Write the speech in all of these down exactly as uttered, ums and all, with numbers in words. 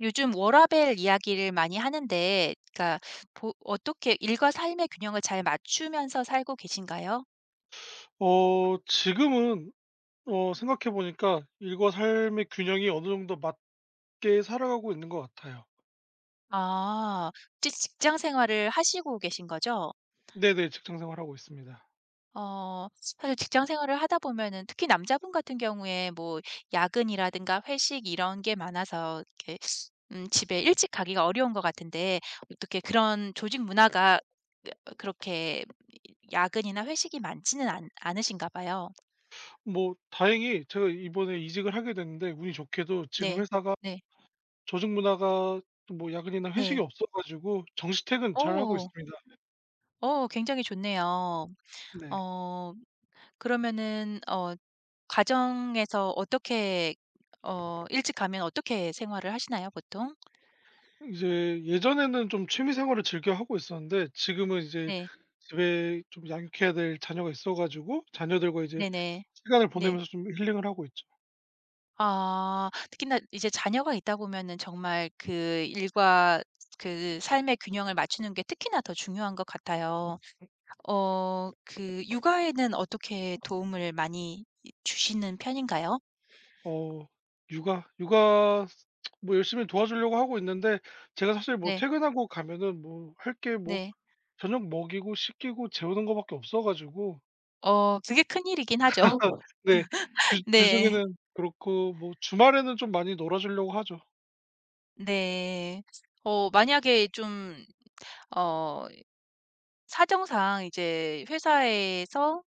요즘 워라밸 이야기를 많이 하는데 그러니까 보 어떻게 일과 삶의 균형을 잘 맞추면서 살고 계신가요? 어 지금은 어 생각해 보니까 일과 삶의 균형이 어느 정도 맞게 살아가고 있는 것 같아요. 아. 혹시 직장 생활을 하시고 계신 거죠? 네네. 직장 생활하고 있습니다. 어 사실 직장 생활을 하다 보면은 특히 남자분 같은 경우에 뭐 야근이라든가 회식 이런 게 많아서 이렇게 음 집에 일찍 가기가 어려운 것 같은데 어떻게 그런 조직 문화가 그 그렇게 야근이나 회식이 많지는 않 않으신가 봐요. 뭐 다행히 제가 이번에 이직을 하게 됐는데 운이 좋게도 지금 네. 회사가 네. 조직 문화가 뭐 야근이나 회식이 네. 없어 가지고 정시 퇴근 잘하고 어. 있습니다. 어 굉장히 좋네요. 네. 어 그러면은 어 가정에서 어떻게 어 일찍 가면 어떻게 생활을 하시나요 보통? 이제 예전에는 좀 취미 생활을 즐겨 하고 있었는데 지금은 이제 네. 집에 좀 양육해야 될 자녀가 있어 가지고 자녀들과 이제 네네. 시간을 네. 네. 보내면서 좀 힐링을 하고 있죠. 아, 특히나 이제 자녀가 있다 보면은 정말 그 일과 그 삶의 균형을 맞추는 게 특히나 더 중요한 것 같아요. 어 그 육아에는 어떻게 도움을 많이 이 주시는 편인가요? 어 육아 육아 뭐 열심히 도와주려고 하고 있는데 제가 사실 뭐 네. 퇴근하고 가면은 뭐 할게 뭐 네. 저녁 먹이고 씻기고 재우는 거밖에 없어 가지고. 어 그게 큰일이긴 하죠. 네. 주 네. 주중에는 그렇고 뭐 주말에는 좀 많이 놀아 주려고 하죠. 네. 어 만약에 좀 어 사정상 이제 회사에서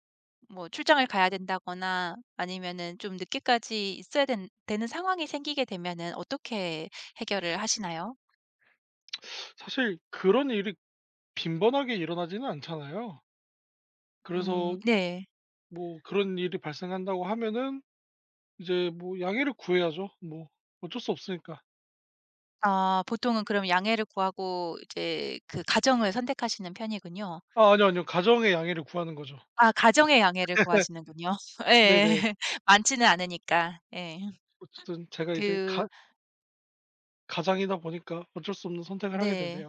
뭐 출장을 가야 된다거나 아니면은 좀 늦게까지 있어야 된 되는 상황이 생기게 되면은 어떻게 해결을 하시나요? 사실 그런 일이 빈번하게 일어나지는 않잖아요. 음 그래서 네. 뭐 그런 일이 발생한다고 하면은 이제 뭐 양해를 구해야죠. 뭐 어쩔 수 없으니까. 아 보통은 그럼 양해를 구하고 이제 그 가정을 선택하시는 편이군요. 아 아니요, 아니요. 가정의 양해를 구하는 거죠. 아 가정의 양해를 구하시는군요. 네네. 예예. 많지는 않으니까. 예. 어쨌든 제가 이제 가 그 가장이다 보니까 어쩔 수 없는 선택을 하게 되네요. 네.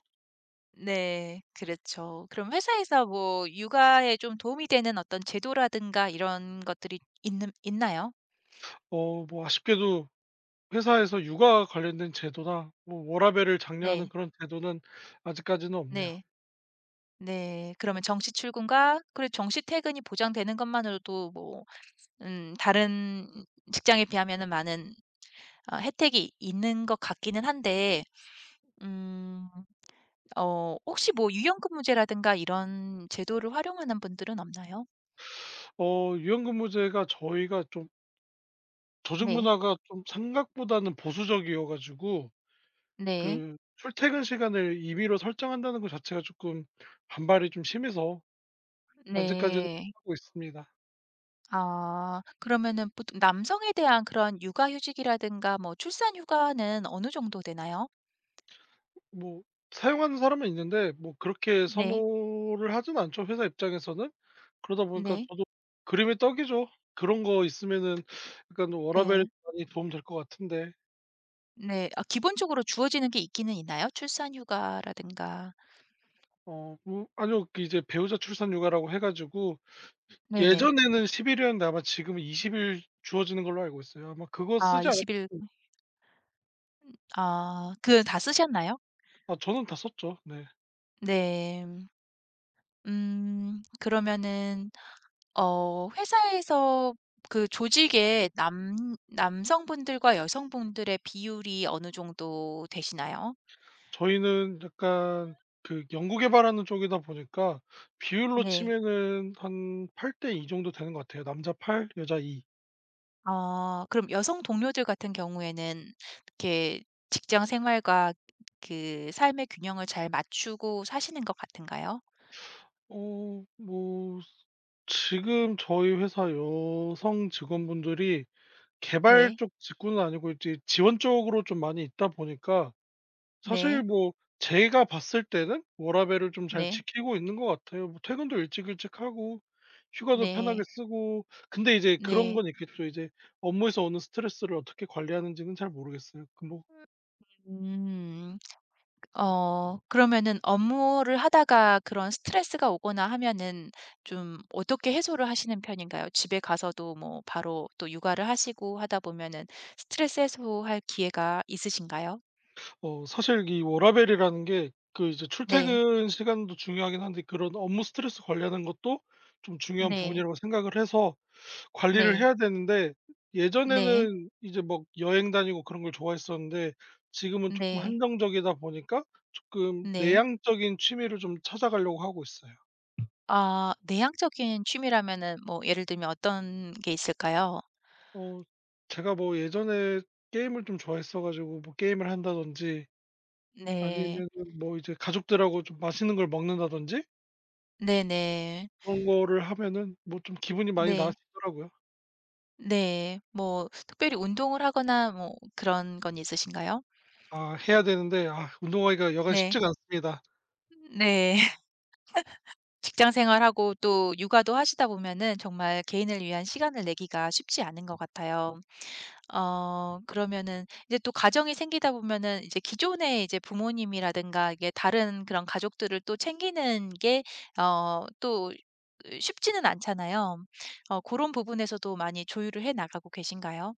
네. 그렇죠. 그럼 회사에서 뭐 육아에 좀 도움이 되는 어떤 제도라든가 이런 것들이 있는 있나요? 어 뭐 아쉽게도 회사에서 육아 관련된 제도나 뭐 워라밸을 장려하는 네. 그런 제도는 아직까지는 없네요. 네. 네. 그러면 정시 출근과 그리고 정시 퇴근이 보장되는 것만으로도 뭐 음 다른 직장에 비하면은 많은 어 혜택이 있는 것 같기는 한데 음 어 혹시 뭐 유연근무제라든가 이런 제도를 활용하는 분들은 없나요? 어 유연근무제가 저희가 좀 조직 네. 문화가 좀 생각보다는 보수적이어 가지고 네. 그 출퇴근 시간을 임의로 설정한다는 것 자체가 조금 반발이 좀 심해서 아직까지는 네. 하고 있습니다. 아 그러면은 보통 남성에 대한 그런 육아휴직이라든가 뭐 출산휴가는 어느 정도 되나요? 뭐 사용하는 사람은 있는데 뭐 그렇게 네. 선호를 하진 않죠, 회사 입장에서는. 그러다 보니까 네. 저도 그림의 떡이죠. 그런 거 있으면은 약간 워라밸에 예. 많이 도움될 것 같은데. 네. 아 기본적으로 주어지는 게 있기는 있나요? 출산휴가라든가. 어 뭐 아니요. 그 이제 배우자 출산 휴가라고 해 가지고 네네. 예전에는 십 일 일이었는데 아마 지금은 이십 일 주어지는 걸로 알고 있어요. 아마 그거 아 쓰지 이십 일. 않았겠어요. 아 그 다 쓰셨나요? 아 저는 다 썼죠. 네. 네. 음 그러면은 어 회사에서 그 조직에 남 남성분들과 여성분들의 비율이 어느 정도 되시나요? 저희는 약간 그 연구 개발하는 쪽이다 보니까 비율로 네. 치면은 한 팔 대 이 정도 되는 것 같아요. 남자 팔 여자 이. 어 그럼 여성 동료들 같은 경우에는 이렇게 직장 생활과 그 삶의 균형을 잘 맞추고 사시는 것 같은가요? 어 뭐 지금 저희 회사 여성 직원분들이 개발 네. 쪽 직군은 아니고 이제 지원 쪽으로 좀 많이 있다 보니까 사실 네. 뭐 제가 봤을 때는 워라밸을 좀 잘 네. 지키고 있는 것 같아요. 뭐 퇴근도 일찍 일찍 하고 휴가도 편하게 네. 쓰고. 근데 이제 그런 네. 건 있겠죠. 이제 업무에서 오는 스트레스를 어떻게 관리하는지는 잘 모르겠어요. 그 뭐 음. 어 그러면은 업무를 하다가 그런 스트레스가 오거나 하면은 좀 어떻게 해소를 하시는 편인가요? 집에 가서도 뭐 바로 또 육아를 하시고 하다 보면은 스트레스 해소할 기회가 있으신가요? 어 사실 이 워라밸이라는 게 그 이제 네. 출퇴근 시간도 중요하긴 한데 그런 업무 스트레스 관리하는 것도 좀 중요한 네. 부분이라고 생각을 해서 관리를 네. 해야 되는데 네. 예전에는 이제 막 여행 다니고 그런 걸 좋아했었는데 지금은 쪼끔 네. 한정적이다 보니까 쪼끔 네. 내향적인 취미를 좀 찾아가려고 하고 있어요. 아 내향적인 취미라면은 뭐 예를 들면 어떤 게 있을까요? 어 제가 뭐 예전에 게임을 좀 좋아했어 가지고 뭐 게임을 한다든지 네. 아니면은 뭐 이제 가족들하고 좀 맛있는 걸 먹는다든지 네네. 그런 거를 하면은 뭐 좀 기분이 많이 네. 나아지더라고요. 네. 뭐 특별히 운동을 하거나 뭐 그런 건 있으신가요? 아 해야 되는데 아 운동하기가 여간 네. 쉽지가 않습니다. 네. 직장 생활하고 또 육아도 하시다 보면은 정말 개인을 위한 시간을 내기가 쉽지 않은 것 같아요. 어 그러면은 이제 또 가정이 생기다 보면은 이제 기존의 이제 부모님이라든가 이게 다른 그런 가족들을 또 챙기는 게 어 또 쉽지는 않잖아요. 어 그런 부분에서도 많이 조율을 해 나가고 계신가요?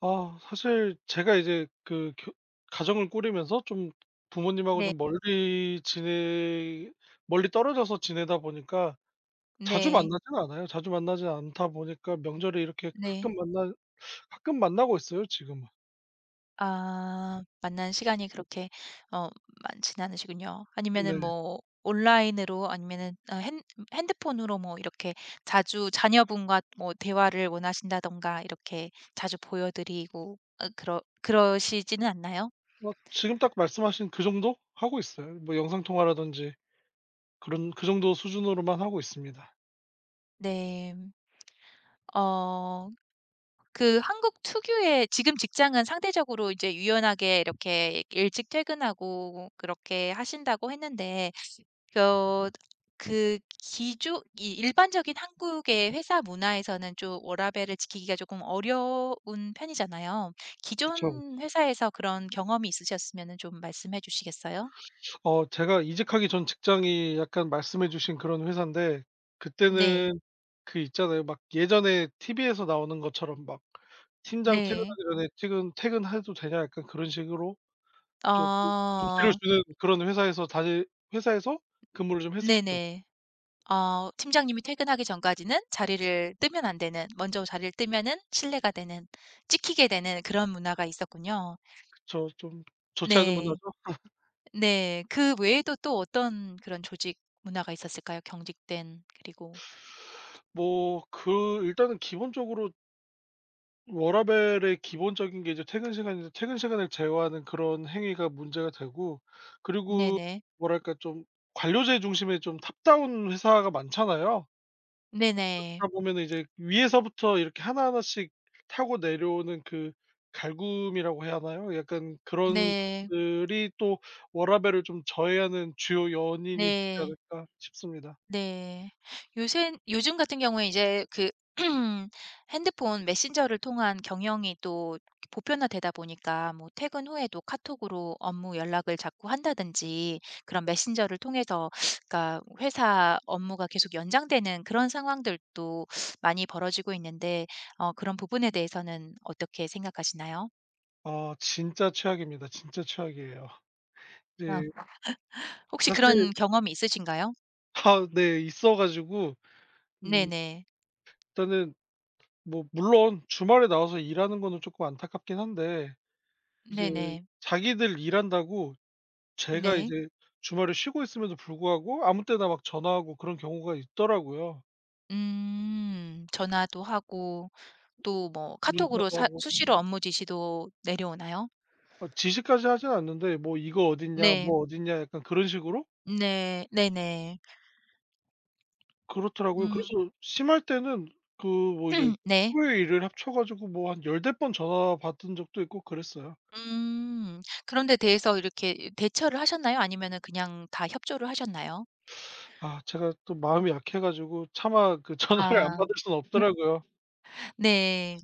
아 사실 제가 이제 그 겨 가정을 꾸리면서 좀 부모님하고 네. 좀 멀리 지내 멀리 떨어져서 지내다 보니까 자주 만 네. 나는 않아요. 자주 만나지 않다 보니까 명절에 이렇게 네. 가끔 만나 가끔 만나고 있어요 지금은. 아 만난 시간이 그렇게 어 많지는 않으시군요. 네. 아니면은 뭐 온라인으로 아니면은 어 핸 핸드폰으로 뭐 이렇게 자주 자녀분과 뭐 대화를 원하신다든가 이렇게 자주 보여 드리고 어 그러 그러시지는 않나요? 어 지금 딱 말씀하신 그 정도 하고 있어요. 뭐 영상 통화라든지 그런 그 정도 수준으로만 하고 있습니다. 네. 어 그 한국 특유의 지금 직장은 상대적으로 이제 유연하게 이렇게 일찍 퇴근하고 그렇게 하신다고 했는데 어 그 기조 이 일반적인 한국의 회사 문화에서는 좀 워라밸을 지키기가 조금 어려운 편이잖아요. 그쵸. 기존 회사에서 그런 경험이 있으셨으면 좀 말씀해 주시겠어요? 어 제가 이직하기 전 직장이 약간 말씀해 주신 그런 회사인데 네. 그때는 그 있잖아요. 막 예전에 티비에서 나오는 것처럼 막 팀장 퇴근하기 네. 전에 "퇴근 퇴근해도 되냐?" 약간 그런 식으로 쪼끔 눈치를 어 주는 그런 회사에서 다닐 회사에서 근무를 좀 했었죠. 네네. 어 팀장님이 퇴근하기 전까지는 자리를 뜨면 안 되는, 먼저 자리를 뜨면은 실례가 되는, 찍히게 되는 그런 문화가 있었군요. 그쵸. 좀 좋지 않은 네. 문화죠. 네. 그 외에도 또 어떤 그런 조직 문화가 있었을까요? 경직된 그리고 뭐 그 일단은 기본적으로 워라밸의 기본적인 게 이제 퇴근 시간인데 퇴근 시간을 제어하는 그런 행위가 문제가 되고. 그리고 네네. 뭐랄까 좀 관료제 중심의 좀 탑다운 회사가 많잖아요. 네네. 다 보면은 이제 위에서부터 이렇게 하나하나씩 타고 내려오는 그 갈굼이라고 해야 하나요? 약간 그런 네. 것들이 또 워라밸을 좀 저해하는 주요 연인이 되지 네. 않을까 싶습니다. 네. 요새 요즘 같은 경우에 이제 그 핸드폰 메신저를 통한 경영이 또 보편화되다 보니까 뭐 퇴근 후에도 카톡으로 업무 연락을 자꾸 한다든지 그런 메신저를 통해서 그러니까 회사 업무가 계속 연장되는 그런 상황들도 많이 벌어지고 있는데 어 그런 부분에 대해서는 어떻게 생각하시나요? 아 진짜 최악입니다. 진짜 최악이에요. 아. 네. 혹시 사실 그런 경험이 있으신가요? 아 네 있어 가지고 음 네네. 일단은 뭐 물론 주말에 나와서 일하는 거는 쪼끔 안타깝긴 한데 이제 네네. 자기들 일한다고 제가 네. 이제 주말에 쉬고 있음에도 불구하고 아무 때나 막 전화하고 그런 경우가 있더라고요. 음. 전화도 하고 또 뭐 문자도 카톡으로 사 하고 수시로 업무 지시도 내려오나요? 막 지시까지 하진 않는데 뭐 "이거 어딨냐. 네. 뭐 어딨냐." 약간 그런 식으로 네. 네네. 그렇더라고요. 음. 그래서 심할 때는 그 뭐 이제 네. 하루에 일을 합쳐 가지고 뭐 한 열댓 대번 전화 받은 적도 있고 그랬어요. 음. 그런 데 대해서 이렇게 대처를 하셨나요? 아니면은 그냥 다 협조를 하셨나요? 아 제가 또 마음이 약해 가지고 차마 그 전화를 안 아. 받을 수는 없더라고요. 네.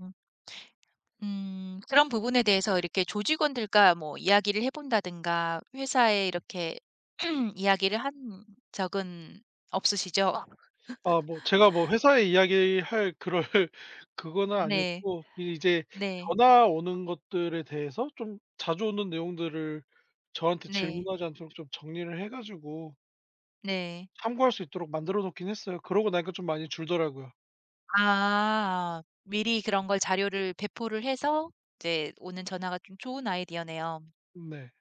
음. 그런 부분에 대해서 이렇게 조직원들과 뭐 이야기를 해 본다든가 회사에 이렇게 이야기를 한 적은 없으시죠? 아 뭐 제가 뭐 회사에 이야기할 그럴 그거는 네. 아니었고 이 이제 네. 전화 오는 것들에 대해서 좀 자주 오는 내용들을 저한테 네. 질문하지 않도록 좀 정리를 해 가지고 네. 참고할 수 있도록 만들어 놓긴 했어요. 그러고 나니까 좀 많이 줄더라고요. 아. 미리 그런 걸 자료를 배포를 해서 이제 오는 전화가 좀 좋은 아이디어네요. 네.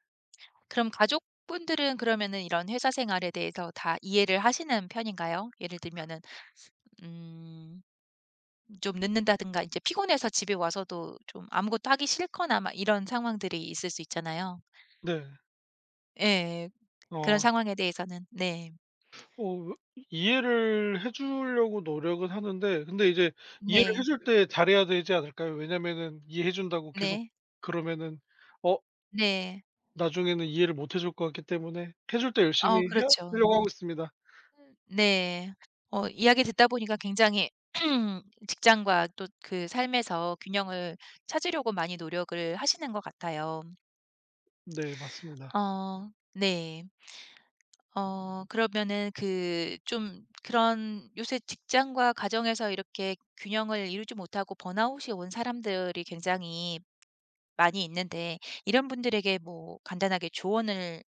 그럼 가족분들은 그러면은 이런 회사 생활에 대해서 다 이해를 하시는 편인가요? 예를 들면은 음 좀 늦는다든가 이제 피곤해서 집에 와서도 좀 아무것도 하기 싫거나 막 이런 상황들이 있을 수 있잖아요. 네. 예. 그런 어. 상황에 대해서는 네. 어 이해를 해 주려고 노력은 하는데 근데 이제 이해를 해 네. 줄 때 잘해야 되지 않을까요? 왜냐면은 이해해 준다고 계속 네. 그러면은 어 네. 나중에는 이해를 못해줄 것 같기 때문에 해줄 때 열심히 어 해 그렇죠. 하려고 하고 있습니다. 음 네. 어 이야기 듣다 보니까 굉장히 직장과 또 그 삶에서 균형을 찾으려고 많이 노력을 하시는 것 같아요. 네 맞습니다. 어 네. 어 그러면은 그 좀 그런 요새 직장과 가정에서 이렇게 균형을 이루지 못하고 번아웃이 온 사람들이 굉장히 많이 있는데 이런 분들에게 뭐 간단하게 조언을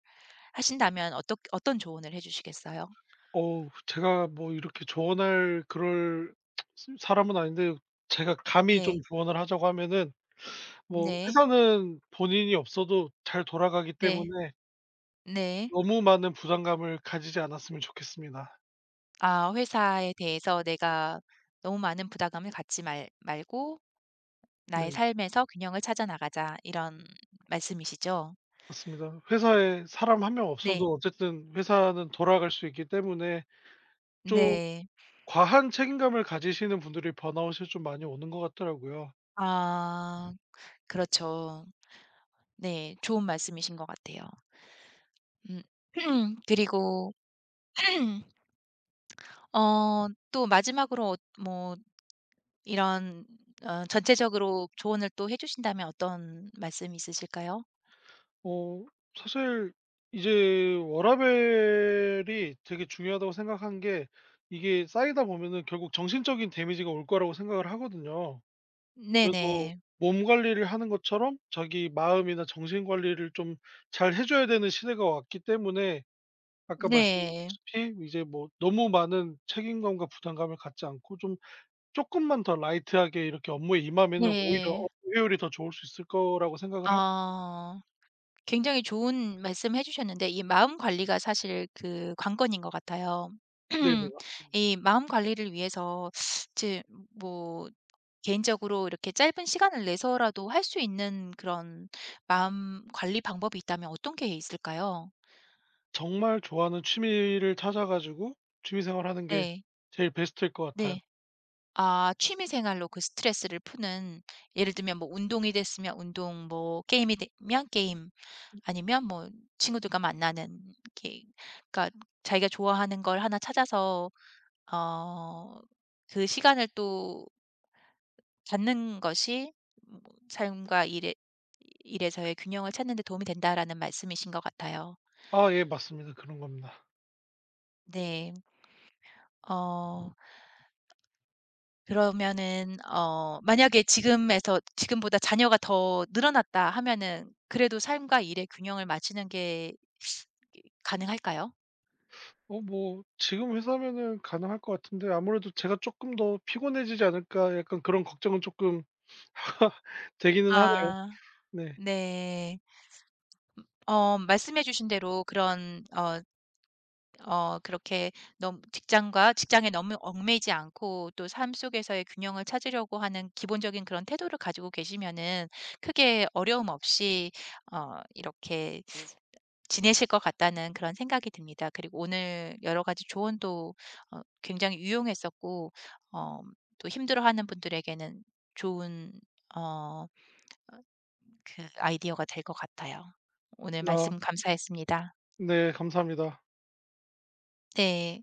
하신다면 어떤 어떤 조언을 해 주시겠어요? 어우 제가 뭐 이렇게 조언할 그럴 스 사람은 아닌데 제가 감히 좀 네. 조언을 하자고 하면은 뭐 네. 회사는 본인이 없어도 잘 돌아가기 네. 때문에 네. 너무 많은 부담감을 가지지 않았으면 좋겠습니다. 아 회사에 대해서 내가 너무 많은 부담감을 갖지 말 말고 나의 네 삶에서 균형을 찾아 나가자 이런 말씀이시죠? 맞습니다. 회사에 사람 한 명 네. 없어도 어쨌든 회사는 돌아갈 수 있기 때문에 좀 네. 과한 책임감을 가지시는 분들이 번아웃이 좀 많이 오는 것 같더라고요. 아 그렇죠. 네. 좋은 말씀이신 것 같아요. 음. 그리고 어 또 마지막으로 어 뭐 이런 어 전체적으로 조언을 또 해 주신다면 어떤 말씀이 있으실까요? 어 사실 이제 워라밸이 되게 중요하다고 생각한 게 이게 쌓이다 보면은 결국 정신적인 데미지가 올 거라고 생각을 하거든요. 그래서 네네. 몸 관리를 하는 것처럼 자기 마음이나 정신 관리를 좀 잘 해 줘야 되는 시대가 왔기 때문에 아까 네. 말씀드렸다시피 이제 뭐 너무 많은 책임감과 부담감을 갖지 않고 좀 조금만 더 라이트하게 이렇게 업무에 임하면은 오히려 업무 네. 효율이 더 좋을 수 있을 거라고 생각을 하고. 아. 굉장히 좋은 말씀해 주셨는데 이 마음 관리가 사실 그 관건인 것 같아요. 네네 맞습니다. 이 마음 관리를 위해서 제뭐 개인적으로 이렇게 짧은 시간을 내서라도 할 수 있는 그런 마음 관리 방법이 있다면 어떤 게 있을까요? 정말 좋아하는 취미를 찾아 가지고 취미 생활하는 게 네. 제일 베스트일 것 같아요. 네. 아 취미 생활로 그 스트레스를 푸는 예를 들면 뭐 운동이 됐으면 운동 뭐 게임이 되면 게임 아니면 뭐 친구들과 만나는 이렇게 그러니까 자기가 좋아하는 걸 하나 찾아서 어 그 시간을 또 갖는 것이 뭐 '삶과 일에 일에서의 균형을 찾는 데 도움이 된다.'라는 말씀이신 것 같아요. 아 예 맞습니다. 그런 겁니다. 네. 어 그러면은 어 만약에 지금에서 지금보다 자녀가 더 늘어났다 하면은 그래도 삶과 일의 균형을 맞추는 게 가능할까요? 어 뭐 지금 회사면은 가능할 것 같은데 아무래도 제가 '쪼끔 더 피곤해지지 않을까.' 약간 그런 걱정은 쪼끔 되기는 하네요. 아 네. 네. 어 말씀해 주신 대로 그런 어 어 그렇게 너무 직장과 직장에 너무 얽매이지 않고 또 삶 속에서의 균형을 찾으려고 하는 기본적인 그런 태도를 가지고 계시면은 크게 어려움 없이 어 이렇게 지내실 것 같다는 그런 생각이 듭니다. 그리고 오늘 여러 가지 조언도 어 굉장히 유용했었고 어 또 힘들어하는 분들에게는 좋은 어 그 아이디어가 될 것 같아요. 오늘 말씀 아 감사했습니다. 네 감사합니다. 네.